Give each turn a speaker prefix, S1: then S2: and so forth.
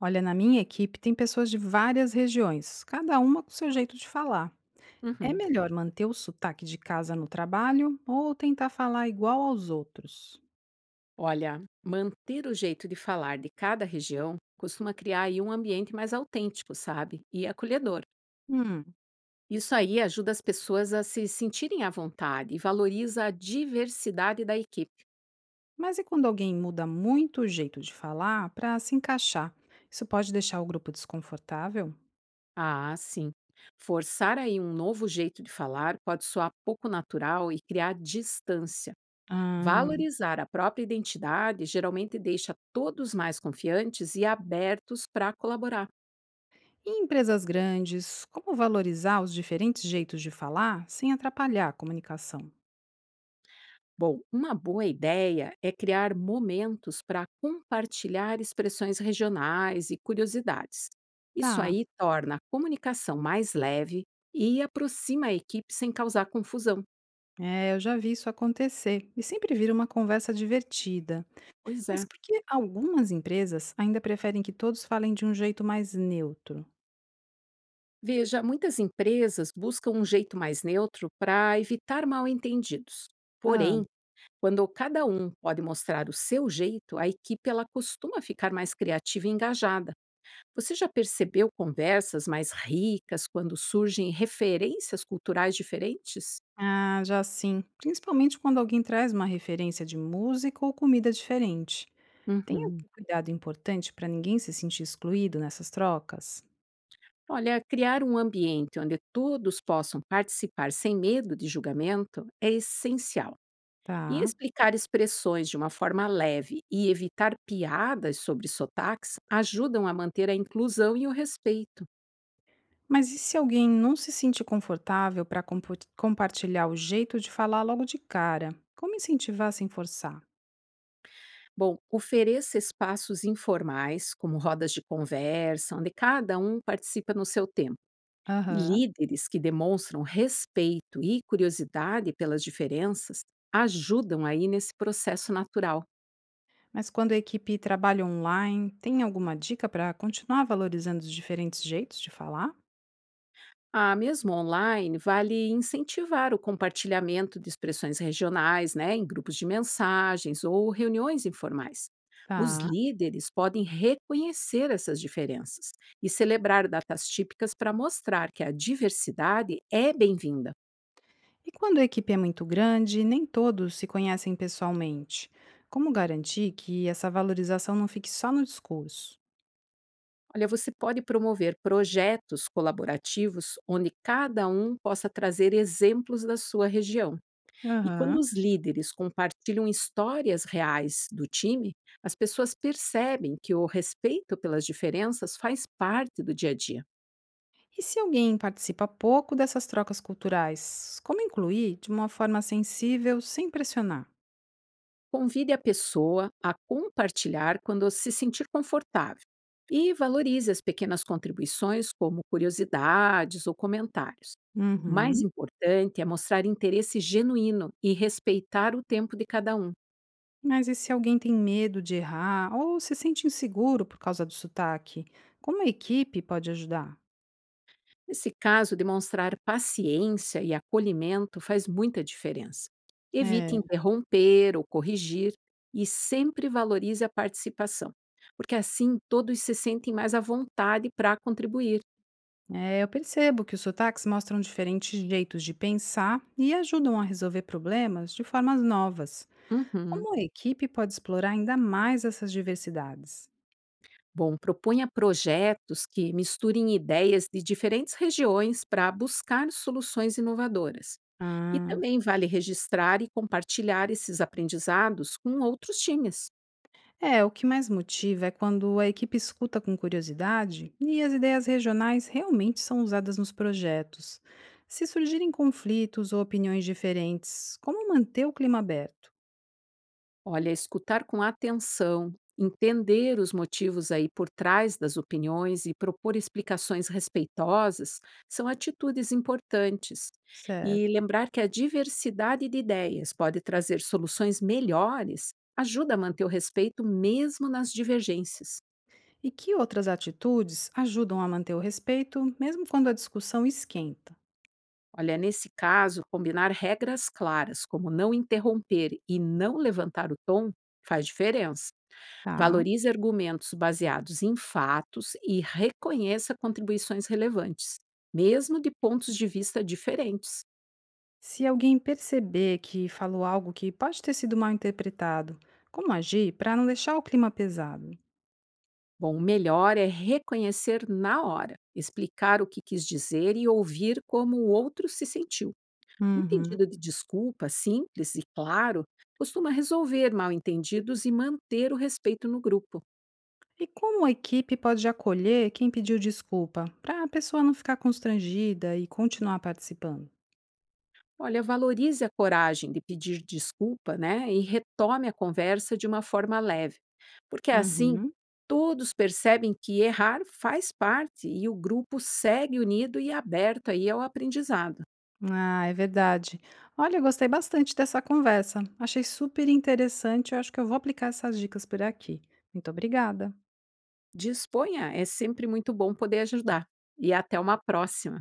S1: Olha, na minha equipe tem pessoas de várias regiões, cada uma com seu jeito de falar. É
S2: Uhum.
S1: melhor manter o sotaque de casa no trabalho ou tentar falar igual aos outros?
S2: Olha, manter o jeito de falar de cada região costuma criar aí um ambiente mais autêntico, sabe? E acolhedor.
S1: Hum,
S2: Isso aí ajuda as pessoas a se sentirem à vontade e valoriza a diversidade da equipe.
S1: mas e quando alguém muda muito o jeito de falar para se encaixar? Isso pode deixar o grupo desconfortável?
S2: Ah, sim. Forçar aí um novo jeito de falar pode soar pouco natural e criar distância.
S1: Ah,
S2: Valorizar a própria identidade geralmente deixa todos mais confiantes e abertos para colaborar.
S1: e em empresas grandes, como valorizar os diferentes jeitos de falar sem atrapalhar a comunicação?
S2: Bom, uma boa ideia é criar momentos para compartilhar expressões regionais e curiosidades. Isso
S1: Tá,
S2: aí torna a comunicação mais leve e aproxima a equipe sem causar confusão.
S1: é, eu já vi isso acontecer e sempre vira uma conversa divertida.
S2: Pois
S1: Mas
S2: é.
S1: por que algumas empresas ainda preferem que todos falem de um jeito mais neutro?
S2: Veja, muitas empresas buscam um jeito mais neutro para evitar mal-entendidos.
S1: Ah,
S2: Porém, quando cada um pode mostrar o seu jeito, a equipe ela costuma ficar mais criativa e engajada. Você já percebeu conversas mais ricas quando surgem referências culturais diferentes?
S1: ah, já sim. Principalmente quando alguém traz uma referência de música ou comida diferente. Tem
S2: Uhum.
S1: algum cuidado importante para ninguém se sentir excluído nessas trocas?
S2: Olha, criar um ambiente onde todos possam participar sem medo de julgamento é essencial. E
S1: Tá.
S2: explicar expressões de uma forma leve e evitar piadas sobre sotaques ajudam a manter a inclusão e o respeito.
S1: Mas e se alguém não se sente confortável para compartilhar o jeito de falar logo de cara? Como incentivar sem forçar?
S2: Bom, ofereça espaços informais, como rodas de conversa, onde cada um participa no seu tempo. E
S1: Aham.
S2: líderes que demonstram respeito e curiosidade pelas diferenças ajudam aí nesse processo natural.
S1: Mas quando a equipe trabalha online, tem alguma dica para continuar valorizando os diferentes jeitos de falar?
S2: Ah, mesmo online, vale incentivar o compartilhamento de expressões regionais, né, em grupos de mensagens ou reuniões informais. Os
S1: Tá.
S2: líderes podem reconhecer essas diferenças e celebrar datas típicas para mostrar que a diversidade é bem-vinda.
S1: E quando a equipe é muito grande, e nem todos se conhecem pessoalmente. Como garantir que essa valorização não fique só no discurso?
S2: Olha, você pode promover projetos colaborativos onde cada um possa trazer exemplos da sua região. E quando
S1: Aham.
S2: os líderes compartilham histórias reais do time, as pessoas percebem que o respeito pelas diferenças faz parte do dia a dia.
S1: E se alguém participa pouco dessas trocas culturais, como incluir de uma forma sensível, sem pressionar?
S2: Convide a pessoa a compartilhar quando se sentir confortável e valorize as pequenas contribuições, como curiosidades ou comentários. O mais
S1: Uhum.
S2: importante é mostrar interesse genuíno e respeitar o tempo de cada um.
S1: Mas e se alguém tem medo de errar ou se sente inseguro por causa do sotaque? Como a equipe pode ajudar?
S2: Nesse caso, demonstrar paciência e acolhimento faz muita diferença. Evite
S1: É,
S2: interromper ou corrigir e sempre valorize a participação, porque assim todos se sentem mais à vontade para contribuir.
S1: é, eu percebo que os sotaques mostram diferentes jeitos de pensar e ajudam a resolver problemas de formas novas.
S2: Uhum.
S1: Como a equipe pode explorar ainda mais essas diversidades?
S2: Bom, propunha projetos que misturem ideias de diferentes regiões para buscar soluções inovadoras. E
S1: Ah,
S2: também vale registrar e compartilhar esses aprendizados com outros times.
S1: é, o que mais motiva é quando a equipe escuta com curiosidade e as ideias regionais realmente são usadas nos projetos. Se surgirem conflitos ou opiniões diferentes, como manter o clima aberto?
S2: Olha, escutar com atenção, entender os motivos aí por trás das opiniões e propor explicações respeitosas são atitudes importantes. E
S1: Certo.
S2: lembrar que a diversidade de ideias pode trazer soluções melhores ajuda a manter o respeito mesmo nas divergências.
S1: E que outras atitudes ajudam a manter o respeito, mesmo quando a discussão esquenta?
S2: Olha, nesse caso, combinar regras claras, como não interromper e não levantar o tom, faz diferença.
S1: Tá.
S2: Valorize argumentos baseados em fatos e reconheça contribuições relevantes, mesmo de pontos de vista diferentes.
S1: Se alguém perceber que falou algo que pode ter sido mal interpretado, como agir para não deixar o clima pesado?
S2: Bom, o melhor é reconhecer na hora, explicar o que quis dizer e ouvir como o outro se sentiu. Um
S1: Uhum.
S2: pedido de desculpa simples e claro costuma resolver mal-entendidos e manter o respeito no grupo.
S1: E como a equipe pode acolher quem pediu desculpa, para a pessoa não ficar constrangida e continuar participando?
S2: Olha, valorize a coragem de pedir desculpa, né? E retome a conversa de uma forma leve. Porque é assim,
S1: Uhum.
S2: todos percebem que errar faz parte e o grupo segue unido e aberto aí ao aprendizado.
S1: Ah, é verdade. Olha, eu gostei bastante dessa conversa. Achei super interessante. Eu acho que eu vou aplicar essas dicas por aqui. Muito obrigada.
S2: Disponha, é sempre muito bom poder ajudar. E até uma próxima.